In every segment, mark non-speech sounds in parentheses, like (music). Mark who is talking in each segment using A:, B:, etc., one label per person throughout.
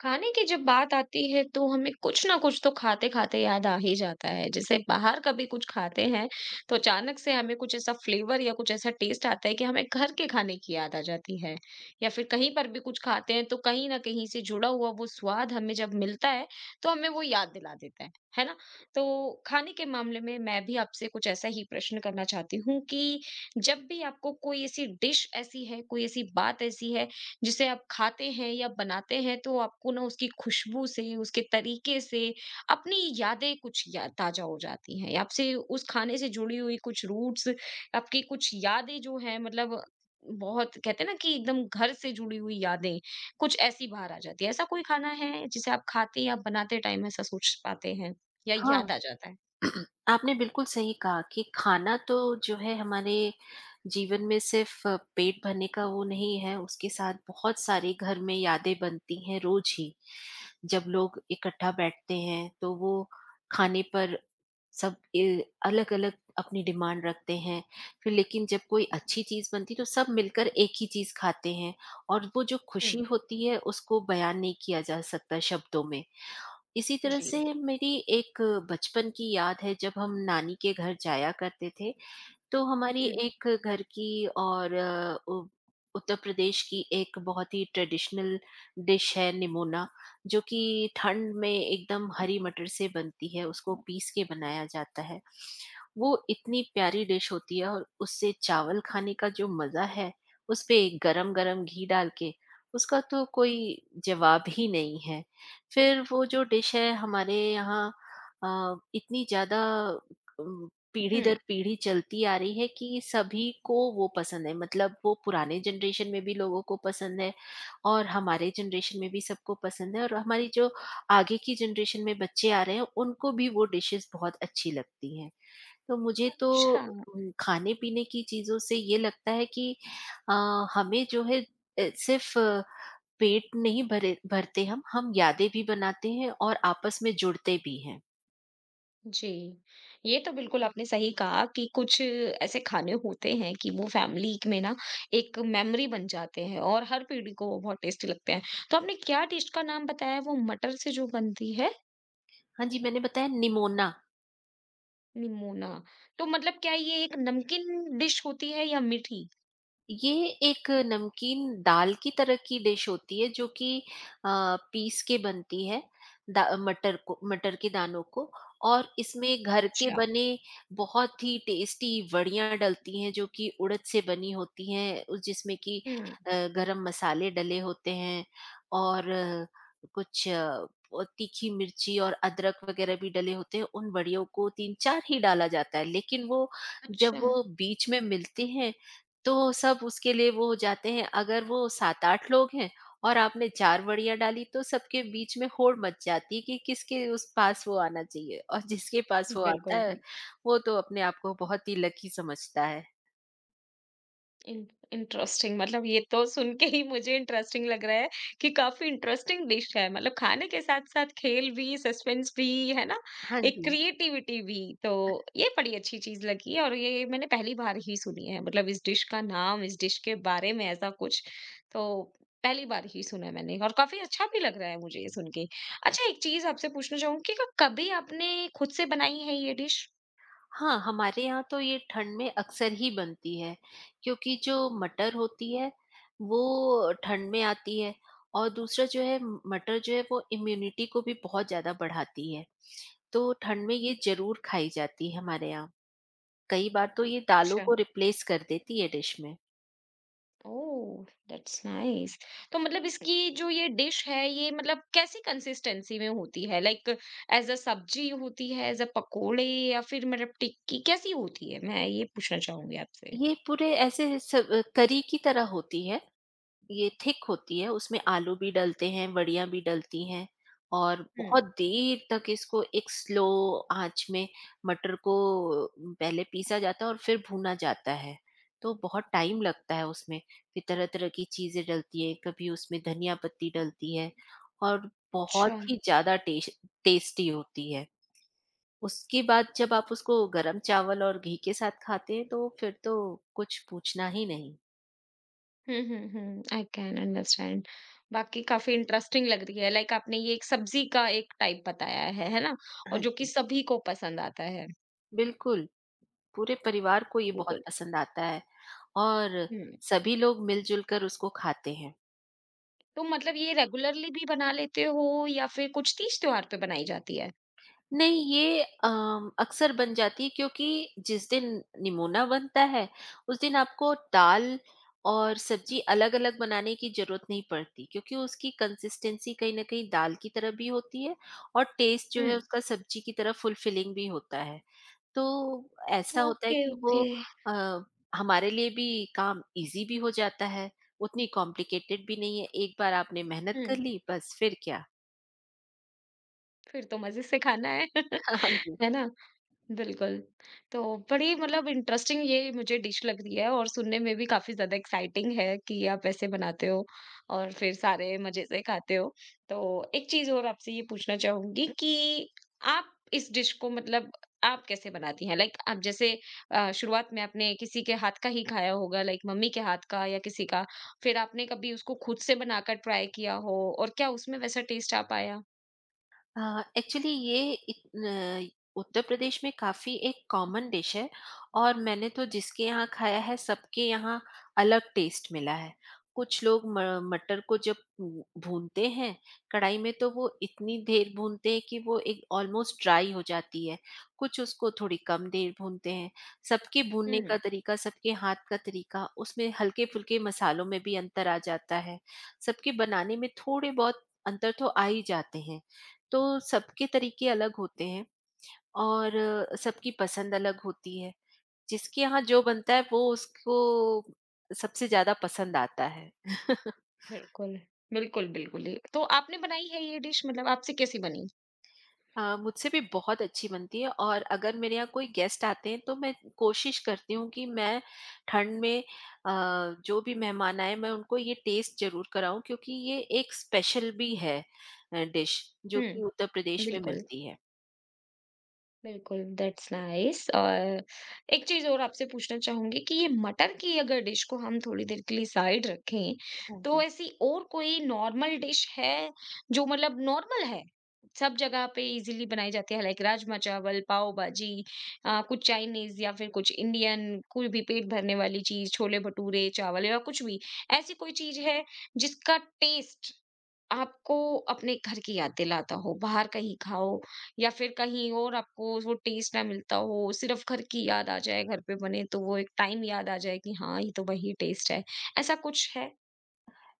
A: खाने की जब बात आती है, तो हमें कुछ ना कुछ तो खाते खाते याद आ ही जाता है। जैसे बाहर कभी कुछ खाते हैं, तो अचानक से हमें कुछ ऐसा फ्लेवर या कुछ ऐसा टेस्ट आता है कि हमें घर के खाने की याद आ जाती है। या फिर कहीं पर भी कुछ खाते हैं, तो कहीं ना कहीं से जुड़ा हुआ वो स्वाद हमें जब मिलता है, तो हमें वो याद दिला देता है ना? तो खाने के मामले में मैं भी आपसे कुछ ऐसा ही प्रश्न करना चाहती हूँ कि जब भी आपको कोई ऐसी डिश ऐसी है, कोई ऐसी बात ऐसी है, जिसे आप खाते हैं या बनाते हैं, तो आपको ना उसकी खुशबू से, उसके तरीके से अपनी यादें कुछ या ताज़ा हो जाती हैं। आपसे उस खाने से जुड़ी हुई कुछ रूट्स, आपकी कुछ यादें जो हैं, मतलब बहुत कहते हैं ना कि एकदम घर से जुड़ी हुई यादें, कुछ ऐसी बाहर आ जाती है। ऐसा कोई खाना है जिसे आप खाते या बनाते टाइम ऐसा सोच पाते हैं या याद
B: हाँ,
A: आ जाता है?
B: आपने बिल्कुल सही कहा कि खाना तो जो है हमारे जीवन में सिर्फ पेट भरने का वो नहीं है, उसके साथ बहुत सारी घर में यादें बनती हैं रोज ही। जब लोग इकट्ठा बैठते हैं तो वो खाने पर सब अलग-अलग अपनी डिमांड रखते हैं। फिर लेकिन जब कोई अच्छी चीज़ बनती है तो सब मिलकर एक ही चीज़ खाते हैं और वो जो
A: हुँ।
B: खुशी होती है उसको बयान नहीं किया जा सकता शब्दों में। इसी तरह
A: जी।
B: से मेरी एक बचपन की याद है जब हम नानी के घर जाया करते थे तो हमारी
A: हुँ,
B: एक घर की और उत्तर प्रदेश की एक बहुत ही ट्रेडिशनल डिश है निमोना जो कि ठंड में एकदम हरी मटर से बनती है उसको पीस के बनाया जाता है वो इतनी प्यारी डिश होती है और उससे चावल खाने का जो मज़ा है उस पे गरम गरम घी डाल के उसका तो कोई जवाब ही नहीं है। फिर वो जो डिश है हमारे यहाँ इतनी ज़्यादा पीढ़ी
A: हुँ।
B: दर पीढ़ी चलती आ रही है कि सभी को वो पसंद है मतलब वो पुराने जनरेशन में भी लोगों को पसंद है और हमारे जनरेशन में भी सबको पसंद है और हमारी जो आगे की जनरेशन में बच्चे आ रहे हैं उनको भी वो डिशेस बहुत अच्छी लगती हैं। तो मुझे तो
A: अच्छा।
B: खाने पीने की चीज़ों से ये लगता है कि अ, हमें जो है सिर्फ पेट नहीं भरे भरते हम यादें भी बनाते हैं और आपस में जुड़ते भी हैं।
A: जी, ये तो बिल्कुल आपने सही कहा कि कुछ ऐसे खाने होते हैं कि वो फैमिली में ना एक मेमोरी बन जाते हैं और हर पीढ़ी को वो बहुत टेस्टी लगते हैं। तो आपने क्या डिश का नाम बताया, वो मटर से जो बनती है?
B: हाँ जी, मैंने बताया निमोना।
A: निमोना। तो मतलब क्या ये एक नमकीन डिश होती है या मीठी?
B: ये एक नमकीन दाल की तरह की डिश होती है जो कि अ, पीस के बनती है दा मटर को मटर के दानों को और इसमें घर के
A: अच्छा।
B: बने बहुत ही टेस्टी वड़ियां डलती हैं जो कि उड़द से बनी होती हैं उस जिसमें कि
A: हुँ।
B: गरम मसाले डले होते हैं और कुछ बहुत तीखी मिर्ची और अदरक वगैरह भी डले होते हैं। उन वड़ियों को तीन चार ही डाला जाता है लेकिन वो जब
A: अच्छा।
B: वो बीच में मिलते हैं तो सब उसके लिए वो हो जाते हैं। अगर वो 7-8 लोग हैं और आपने 4 वड़ियाँ डाली तो सबके बीच में होड़ मच जाती है कि किसके उस पास वो आना चाहिए और जिसके पास वो आता
A: बिल्कुल।
B: है वो तो अपने आप को बहुत ही लकी समझता है।
A: इन इंटरेस्टिंग, मतलब ये तो सुन के ही मुझे इंटरेस्टिंग लग रहा है कि काफ़ी इंटरेस्टिंग डिश है। मतलब खाने के साथ-साथ खेल भी, सस्पेंस भी, है ना?
B: हाँ
A: एक
B: जी।
A: क्रिएटिविटी भी। तो ये बड़ी अच्छी चीज़ लगी और ये मैंने पहली बार ही सुनी है, मतलब इस डिश का नाम, इस डिश के बारे में ऐसा कुछ, तो पहली बार ही सुना है मैंने और काफ़ी अच्छा भी लग रहा है मुझे ये सुन के। अच्छा, एक चीज़ आपसे पूछना चाहूँगी कि कभी आपने खुद से बनाई है ये डिश?
B: हाँ, हमारे यहाँ तो ये ठंड में अक्सर ही बनती है क्योंकि जो मटर होती है वो ठंड में आती है और दूसरा जो है मटर जो है वो इम्यूनिटी को भी बहुत ज़्यादा बढ़ाती है। तो ठंड में ये ज़रूर खाई जाती है हमारे यहाँ। कई बार तो ये दालों को रिप्लेस कर देती है डिश में।
A: ओह! That's nice. तो मतलब (laughs) इसकी जो ये डिश है, ये मतलब कैसी कंसिस्टेंसी में होती है? लाइक ऐज़ अ सब्जी होती है, ऐज़ अ पकोड़े या फिर मतलब टिक्की कैसी होती है? मैं ये पूछना चाहूँगी आपसे।
B: ये पूरे ऐसे करी की तरह होती है, ये थिक होती है, उसमें आलू भी डलते हैं, वड़ियाँ भी डलती हैं और
A: हुँ।
B: बहुत देर तक इसको एक स्लो आँच में मटर को पहले पीसा जाता है और फिर भूना जाता है। तो बहुत टाइम लगता है उसमें, फिर तरह-तरह की चीज़ें डलती हैं, कभी उसमें धनिया पत्ती डलती है और
A: अच्छा।
B: बहुत ही ज़्यादा टेश टेस्टी होती है। उसके बाद जब आप उसको गरम चावल और घी के साथ खाते हैं तो फिर तो कुछ पूछना ही नहीं।
A: हुँ, हुँ, हुँ। I can understand. बाकी काफ़ी इंटरेस्टिंग लग रही है। लाइक आपने ये एक सब्जी का एक टाइप बताया है ना? और
B: हाँ
A: जो कि
B: जी,
A: सभी को पसंद आता है।
B: बिल्कुल, पूरे परिवार को ये बहुत
A: बिल्कुल।
B: पसंद आता है और
A: हुँ।
B: सभी लोग मिल-जुल कर उसको खाते हैं।
A: तो मतलब ये रेगुलरली भी बना लेते हो या फिर कुछ तीज त्योहार पे बनाई जाती है?
B: नहीं ये अक्सर बन जाती है क्योंकि जिस दिन निमोना बनता है, उस दिन आपको दाल और सब्ज़ी अलग-अलग बनाने की ज़रूरत नहीं पड़ती क्योंकि उसकी कंसिस्टेंसी कहीं न कहीं दाल की तरह भी होती है और टेस्ट जो है
A: हुँ।
B: उसका सब्ज़ी की तरह फुलफिलिंग भी होता है। तो ऐसा होता है
A: ओके,
B: कि वो
A: ओके।
B: अ, हमारे लिए भी काम ईज़ी भी हो जाता है, उतनी कॉम्प्लिकेटेड भी नहीं है। एक बार आपने मेहनत कर
A: हुँ,
B: ली बस फिर क्या?
A: फिर तो मज़े से खाना है, (laughs) है
B: (laughs)
A: ना? बिल्कुल। तो बड़ी मतलब इंटरेस्टिंग ये मुझे डिश लग रही है और सुनने में भी काफ़ी ज़्यादा एक्साइटिंग है कि आप ऐसे बनाते हो और फिर सारे मज़े से खाते हो। तो एक चीज़ और आपसे ये पूछना चाहूँगी कि आप इस डिश को मतलब आप कैसे बनाती हैं? लाइक आप जैसे शुरुआत में आपने किसी के हाथ का ही खाया होगा, लाइक मम्मी के हाथ का या किसी का, फिर आपने कभी उसको खुद से बनाकर ट्राई किया हो और क्या उसमें वैसा टेस्ट आ पाया?
B: एक्चुअली ये उत्तर प्रदेश में काफी एक कॉमन डिश है और मैंने तो जिसके यहाँ खाया है सबके यहाँ अलग टेस्ट मिला है। कुछ लोग मटर को जब भूनते हैं कढ़ाई में तो वो इतनी देर भूनते हैं कि वो एक ऑलमोस्ट ड्राई हो जाती है, कुछ उसको थोड़ी कम देर भूनते हैं। सबके भूनने
A: हुँ,
B: का तरीका सबके हाथ का तरीका उसमें हल्के फुल्के मसालों में भी अंतर आ जाता है। सबके बनाने में थोड़े बहुत अंतर तो आ ही जाते हैं, तो सबके तरीके अलग होते हैं और सबकी पसंद अलग होती है। जिसके यहाँ जो बनता है वो उसको सबसे ज़्यादा पसंद आता है। (laughs)
A: बिल्कुल। बिल्कुल, बिल्कुल, ये तो आपने बनाई है ये डिश, मतलब आपसे कैसी बनी?
B: मुझसे भी बहुत अच्छी बनती है और अगर मेरे यहाँ कोई गेस्ट आते हैं तो मैं कोशिश करती हूँ कि मैं ठंड में जो भी मेहमान आए मैं उनको ये टेस्ट ज़रूर कराऊँ क्योंकि ये एक स्पेशल भी है डिश जो कि
A: हुँ,
B: उत्तर प्रदेश में
A: बिल्कुल।
B: मिलती है।
A: बिल्कुल, दैट्स नाइस। और एक चीज़ और आपसे पूछना चाहूँगी कि ये मटर की अगर डिश को हम थोड़ी देर के लिए साइड रखें,
B: हाँ
A: तो
B: जी।
A: ऐसी और कोई नॉर्मल डिश है, जो मतलब नॉर्मल है? सब जगह पे इज़िली बनाई जाती है, लाइक राजमा-चावल, पाव-भाजी, कुछ चाइनीज़ या फिर कुछ इंडियन, कोई भी पेट भरने वाली चीज़, छोले-भटूरे, चावल या कुछ भी। ऐसी कोई चीज़ है जिसका टेस्ट आपको अपने घर की याद दिलाता हो, बाहर कहीं खाओ या फिर कहीं और आपको वो टेस्ट ना मिलता हो, सिर्फ़ घर की याद आ जाए, घर पे बने तो वो एक टाइम याद आ जाए कि हाँ, ये तो वही टेस्ट है। ऐसा कुछ है?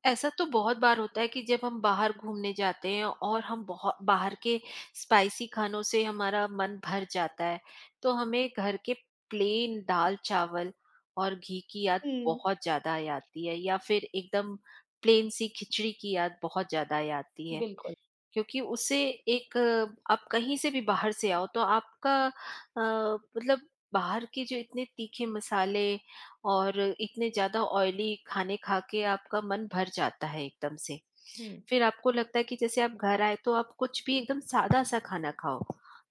B: ऐसा तो बहुत बार होता है कि जब हम बाहर घूमने जाते हैं और हम बहुत बाहर के स्पाइसी खानों से हमारा मन भर जाता है तो हमें घर के प्लेन दाल चावल और घी की याद
A: हुँ,
B: बहुत ज्यादा आ जाती है या फिर एकदम प्लेन सी खिचड़ी की याद बहुत ज्यादा आ जाती है
A: बिल्कुल।
B: क्योंकि उससे एक आप कहीं से भी बाहर से आओ तो आपका मतलब बाहर के जो इतने तीखे मसाले और इतने ज़्यादा ऑयली खाने खा के आपका मन भर जाता है एकदम से।
A: हुँ।
B: फिर आपको लगता है कि जैसे आप घर आए तो आप कुछ भी एकदम सादा-सा खाना खाओ।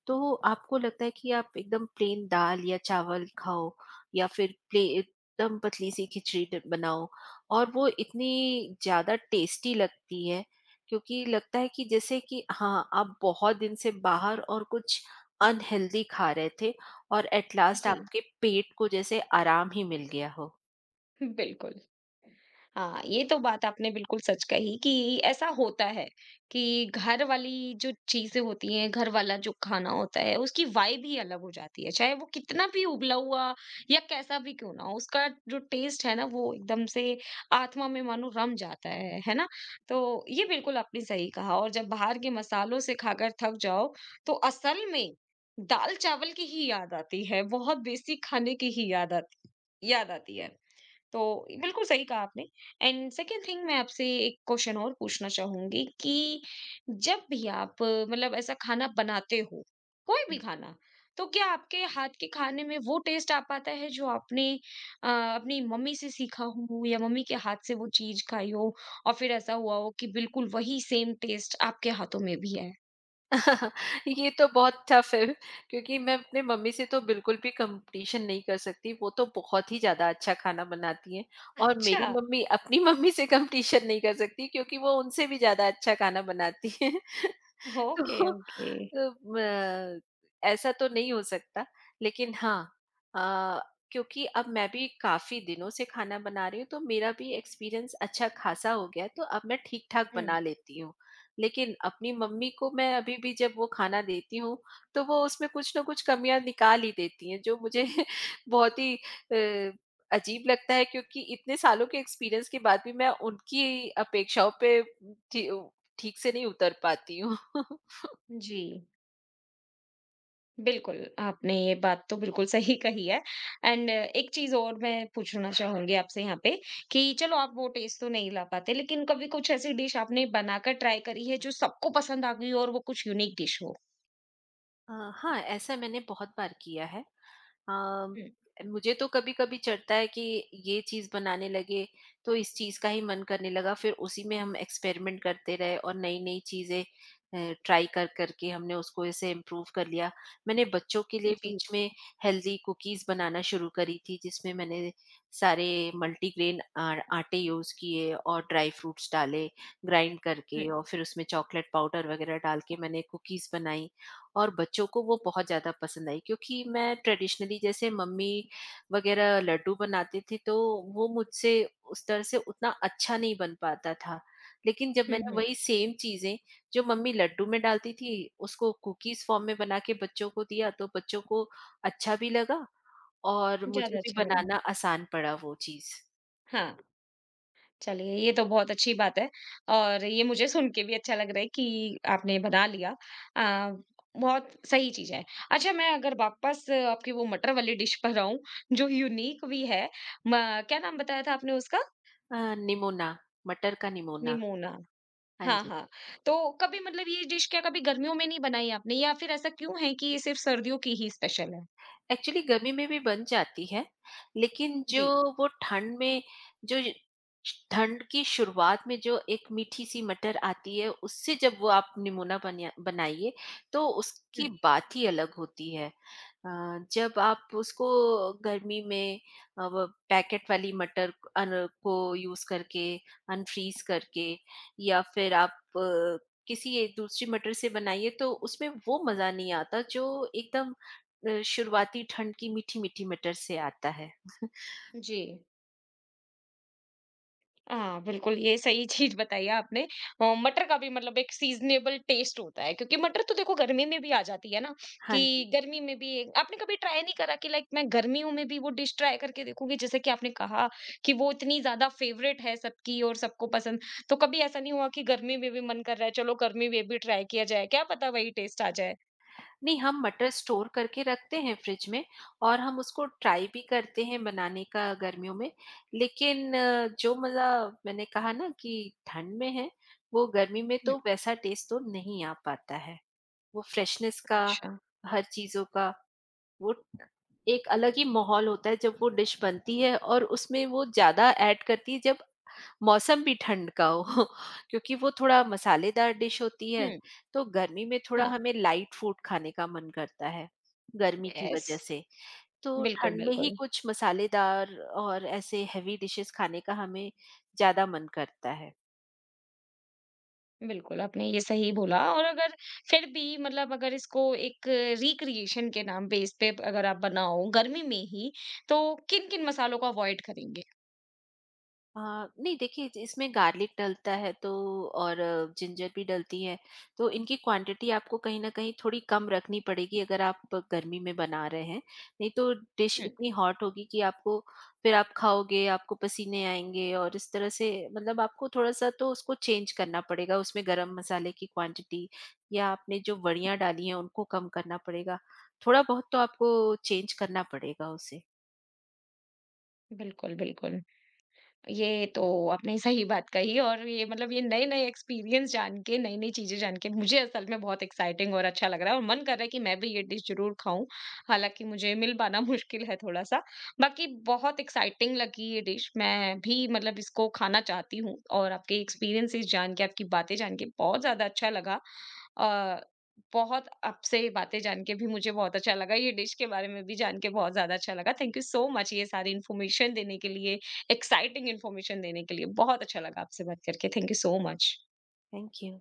B: तो आपको लगता है कि आप एकदम प्लेन दाल या चावल खाओ या फिर प्ले एकदम पतली-सी खिचड़ी ट बनाओ और वो इतनी ज़्यादा टेस्टी लगती है क्योंकि लगता है कि जैसे कि हाँ, आप बहुत दिन से बाहर और कुछ अनहेल्दी खा रहे थे और एट लास्ट
A: जी,
B: आपके पेट को जैसे आराम ही मिल गया हो।
A: (laughs) बिल्कुल। हाँ, ये तो बात आपने बिल्कुल सच कही कि ऐसा होता है कि घर वाली जो चीज़ें होती हैं, घर वाला जो खाना होता है, उसकी वाइब ही अलग हो जाती है। चाहे वो कितना भी उबला हुआ या कैसा भी क्यों ना हो, उसका जो टेस्ट है ना, वो एकदम से आत्मा में मानो रम जाता है ना? तो ये बिल्कुल आपने सही कहा। और जब बाहर के मसालों से खाकर थक जाओ, तो असल में दाल-चावल की ही याद आती है, बहुत बेसिक खाने की ही याद आती है। तो बिल्कुल सही कहा आपने। एंड सेकेंड थिंग, मैं आपसे एक क्वेश्चन और पूछना चाहूंगी कि जब भी आप मतलब ऐसा खाना बनाते हो, कोई भी खाना, तो क्या आपके हाथ के खाने में वो टेस्ट आ पाता है जो आपने अपनी मम्मी से सीखा हो या मम्मी के हाथ से वो चीज खाई हो और फिर ऐसा हुआ हो कि बिल्कुल वही सेम टेस्ट आपके हाथों में भी है?
B: (laughs) ये तो बहुत टफ है क्योंकि मैं अपने मम्मी से तो बिल्कुल भी कंपटीशन नहीं कर सकती, वो तो बहुत ही ज़्यादा अच्छा खाना बनाती हैं और
A: अच्छा।
B: मेरी मम्मी अपनी (laughs) मम्मी से कंपटीशन नहीं कर सकती क्योंकि वो उनसे भी ज़्यादा अच्छा खाना बनाती हैं। (laughs) (laughs)
A: ओके,
B: तो
A: ओके।
B: अ, म ऐसा तो नहीं हो सकता, लेकिन हाँ, अ, क्योंकि अब मैं भी काफ़ी दिनों से खाना बना रही हूँ, तो मेरा भी एक्सपीरियंस अच्छा खासा हो गया है, तो अब मैं ठीक-ठाक
A: हम्म।
B: बना लेती हूँ। लेकिन अपनी मम्मी को मैं अभी भी जब वो खाना देती हूँ, तो वो उसमें कुछ न कुछ कमियाँ निकाल ही देती हैं, जो मुझे (laughs) बहुत ही अ, अजीब लगता है क्योंकि इतने सालों के एक्सपीरियंस के बाद भी मैं उनकी अपेक्षाओं पे ठी ठीक से नहीं उतर पाती हूँ। (laughs)
A: जी, बिल्कुल, आपने ये बात तो बिल्कुल सही (laughs) कही है। एंड एक चीज़ और मैं पूछना चाहूँगी आपसे यहाँ पे कि चलो आप वो टेस्ट तो नहीं ला पाते, लेकिन कभी कुछ ऐसी डिश आपने बनाकर ट्राई करी है जो सबको पसंद आ गई हो और वो कुछ यूनिक डिश हो?
B: हाँ, ऐसा मैंने बहुत बार किया है। अ,
A: हुँ।
B: मुझे तो कभी-कभी चढ़ता है कि ये चीज़ बनाने लगे, तो इस चीज़ का ही मन करने लगा, फिर उसी में हम एक्सपेरिमेंट करते रहे और नई-नई चीज़ें अ, ट्राई कर कर के हमने उसको ऐसे इम्प्रूव कर लिया। मैंने बच्चों के लिए
A: जी।
B: बीच में हेल्दी कुकीज़ बनाना शुरू करी थी, जिसमें मैंने सारे मल्टीग्रेन आटे यूज़ किए और ड्राई फ्रूट्स डाले, ग्राइंड
A: हुँ,
B: करके और फिर उसमें चॉकलेट पाउडर वगैरह डाल के मैंने कुकीज़ बनाई। और बच्चों को वो बहुत ज़्यादा पसंद आई क्योंकि मैं ट्रेडिशनली जैसे मम्मी वगैरह लड्डू बनाती थी तो वो मुझसे उस तरह से उतना अच्छा नहीं बन पाता था। लेकिन जब
A: हुँ,
B: मैंने
A: हुँ,
B: वही सेम चीज़ें जो मम्मी लड्डू में डालती थी, उसको कुकीज़ फॉर्म में बना के बच्चों को दिया तो बच्चों को अच्छा भी लगा और
A: ज़्यादा
B: मुझे भी
A: अच्छा लगा।
B: बनाना आसान पड़ा वो चीज़।
A: हाँ। चलिए, ये तो बहुत अच्छी बात है और ये मुझे सुन के भी अच्छा लग रहा है कि आपने बना लिया। अ, बहुत सही चीज़ है। अच्छा, मैं अगर वापस आपकी वो मटर वाली डिश पर आऊँ, जो यूनिक भी है, म क्या नाम बताया था आपने उसका?
B: अ, निमोना, मटर का निमोना।
A: निमोना।
B: हाँ
A: हाँ,
B: जी।
A: हाँ। तो कभी मतलब ये डिश क्या कभी गर्मियों में नहीं बनाई आपने या फिर ऐसा क्यों है कि ये सिर्फ़ सर्दियों की ही स्पेशल है?
B: एक्चुअली गर्मी में भी बन जाती है, लेकिन जो
A: जी।
B: वो ठंड में जो य ठंड की शुरुआत में जो एक मीठी-सी मटर आती है, उससे जब वो आप निमोना बनिया बनाइए, तो उसकी
A: हुँ,
B: बात ही अलग होती है। जब आप उसको गर्मी में वो पैकेट वाली मटर क- अन को यूज़ करके, अनफ्रीज़ करके या फिर आप अ, किसी एक दूसरी मटर से बनाइए, तो उसमें वो मज़ा नहीं आता, जो एकदम शुरुआती ठंड की मीठी-मीठी मटर से आता है। (laughs)
A: जी। हाँ, बिल्कुल, ये सही चीज़ बताई आपने। मटर का भी मतलब एक सीज़नेबल टेस्ट होता है, क्योंकि मटर तो देखो गर्मी में भी आ जाती है ना,
B: हाँ जी।
A: कि गर्मी में भी एक- आपने कभी ट्राई नहीं करा कि लाइक मैं गर्मियों में भी वो डिश ट्राई करके देखूँगी? जैसे कि आपने कहा कि वो इतनी ज़्यादा फ़ेवरेट है सबकी और सबको पसंद, तो कभी ऐसा नहीं हुआ कि गर्मी में भी मन कर रहा है, चलो गर्मी में भी ट्राई किया जाए, क्या पता वही टेस्ट आ जाए?
B: नहीं, हम मटर स्टोर करके रखते हैं फ्रिज में और हम उसको ट्राई भी करते हैं बनाने का गर्मियों में। लेकिन जो मज़ा मैंने कहा ना कि ठंड में है, वो गर्मी में
A: हुँ।
B: तो वैसा टेस्ट तो नहीं आ पाता है। वो फ्रेशनेस का,
A: अच्छा।
B: हर चीज़ों का, वो एक अलग ही माहौल होता है जब वो डिश बनती है और उसमें वो ज़्यादा ऐड करती है जब मौसम भी ठंड का हो (laughs) क्योंकि वो थोड़ा मसालेदार डिश होती है,
A: हुँ,
B: तो गर्मी में थोड़ा
A: हाँ,
B: हमें लाइट फूड खाने का मन करता है गर्मी की
A: यस।
B: वजह से, तो
A: बिल्कुल,
B: ठंड में ही
A: बिल्कुल।
B: कुछ मसालेदार और ऐसे हेवी डिशेस खाने का हमें ज्यादा मन करता है।
A: बिल्कुल, आपने ये सही बोला। और अगर फिर भी मतलब अगर इसको एक रिक्रिएशन के नाम पे इस पे अगर आप बनाओ गर्मी में ही, तो किन-किन मसालों को अवॉइड करेंगे?
B: अ, नहीं देखिए इसमें गार्लिक डलता है तो और जिंजर भी डलती है, तो इनकी क्वांटिटी आपको कहीं ना कहीं थोड़ी कम रखनी पड़ेगी अगर आप गर्मी में बना रहे हैं। नहीं तो डिश
A: हुँ,
B: इतनी हॉट होगी कि आपको फिर आप खाओगे आपको पसीने आएंगे और इस तरह से मतलब आपको थोड़ा सा तो उसको चेंज करना पड़ेगा, उसमें गरम मसाले की क्वांटिटी या आपने जो वड़ियां डाली हैं उनको कम करना पड़ेगा, थोड़ा बहुत तो आपको चेंज करना पड़ेगा उसे।
A: बिल्कुल, बिल्कुल। ये तो आपने सही बात कही। और ये मतलब ये नए-नए एक्सपीरियंस जान के, नई-नई चीज़ें जान के मुझे असल में बहुत एक्साइटिंग और अच्छा लग रहा है और मन कर रहा है कि मैं भी ये डिश ज़रूर खाऊँ। हालाँकि मुझे मिल पाना (laughs) मुश्किल है थोड़ा-सा। बाकी बहुत एक्साइटिंग लगी ये डिश। मैं भी मतलब इसको खाना चाहती हूँ और आपके एक्सपीरियंसेस जान के, आपकी बातें जान के बहुत ज़्यादा अच्छा लगा। अ, बहुत आपसे ये बातें जान के भी मुझे बहुत अच्छा लगा। ये डिश के बारे में भी जान के बहुत ज़्यादा अच्छा लगा। थैंक यू सो मच ये सारी इन्फॉर्मेशन देने के लिए। एक्साइटिंग इन्फॉर्मेशन देने के लिए। बहुत अच्छा लगा आपसे बात करके। Thank you so much.
B: Thank you.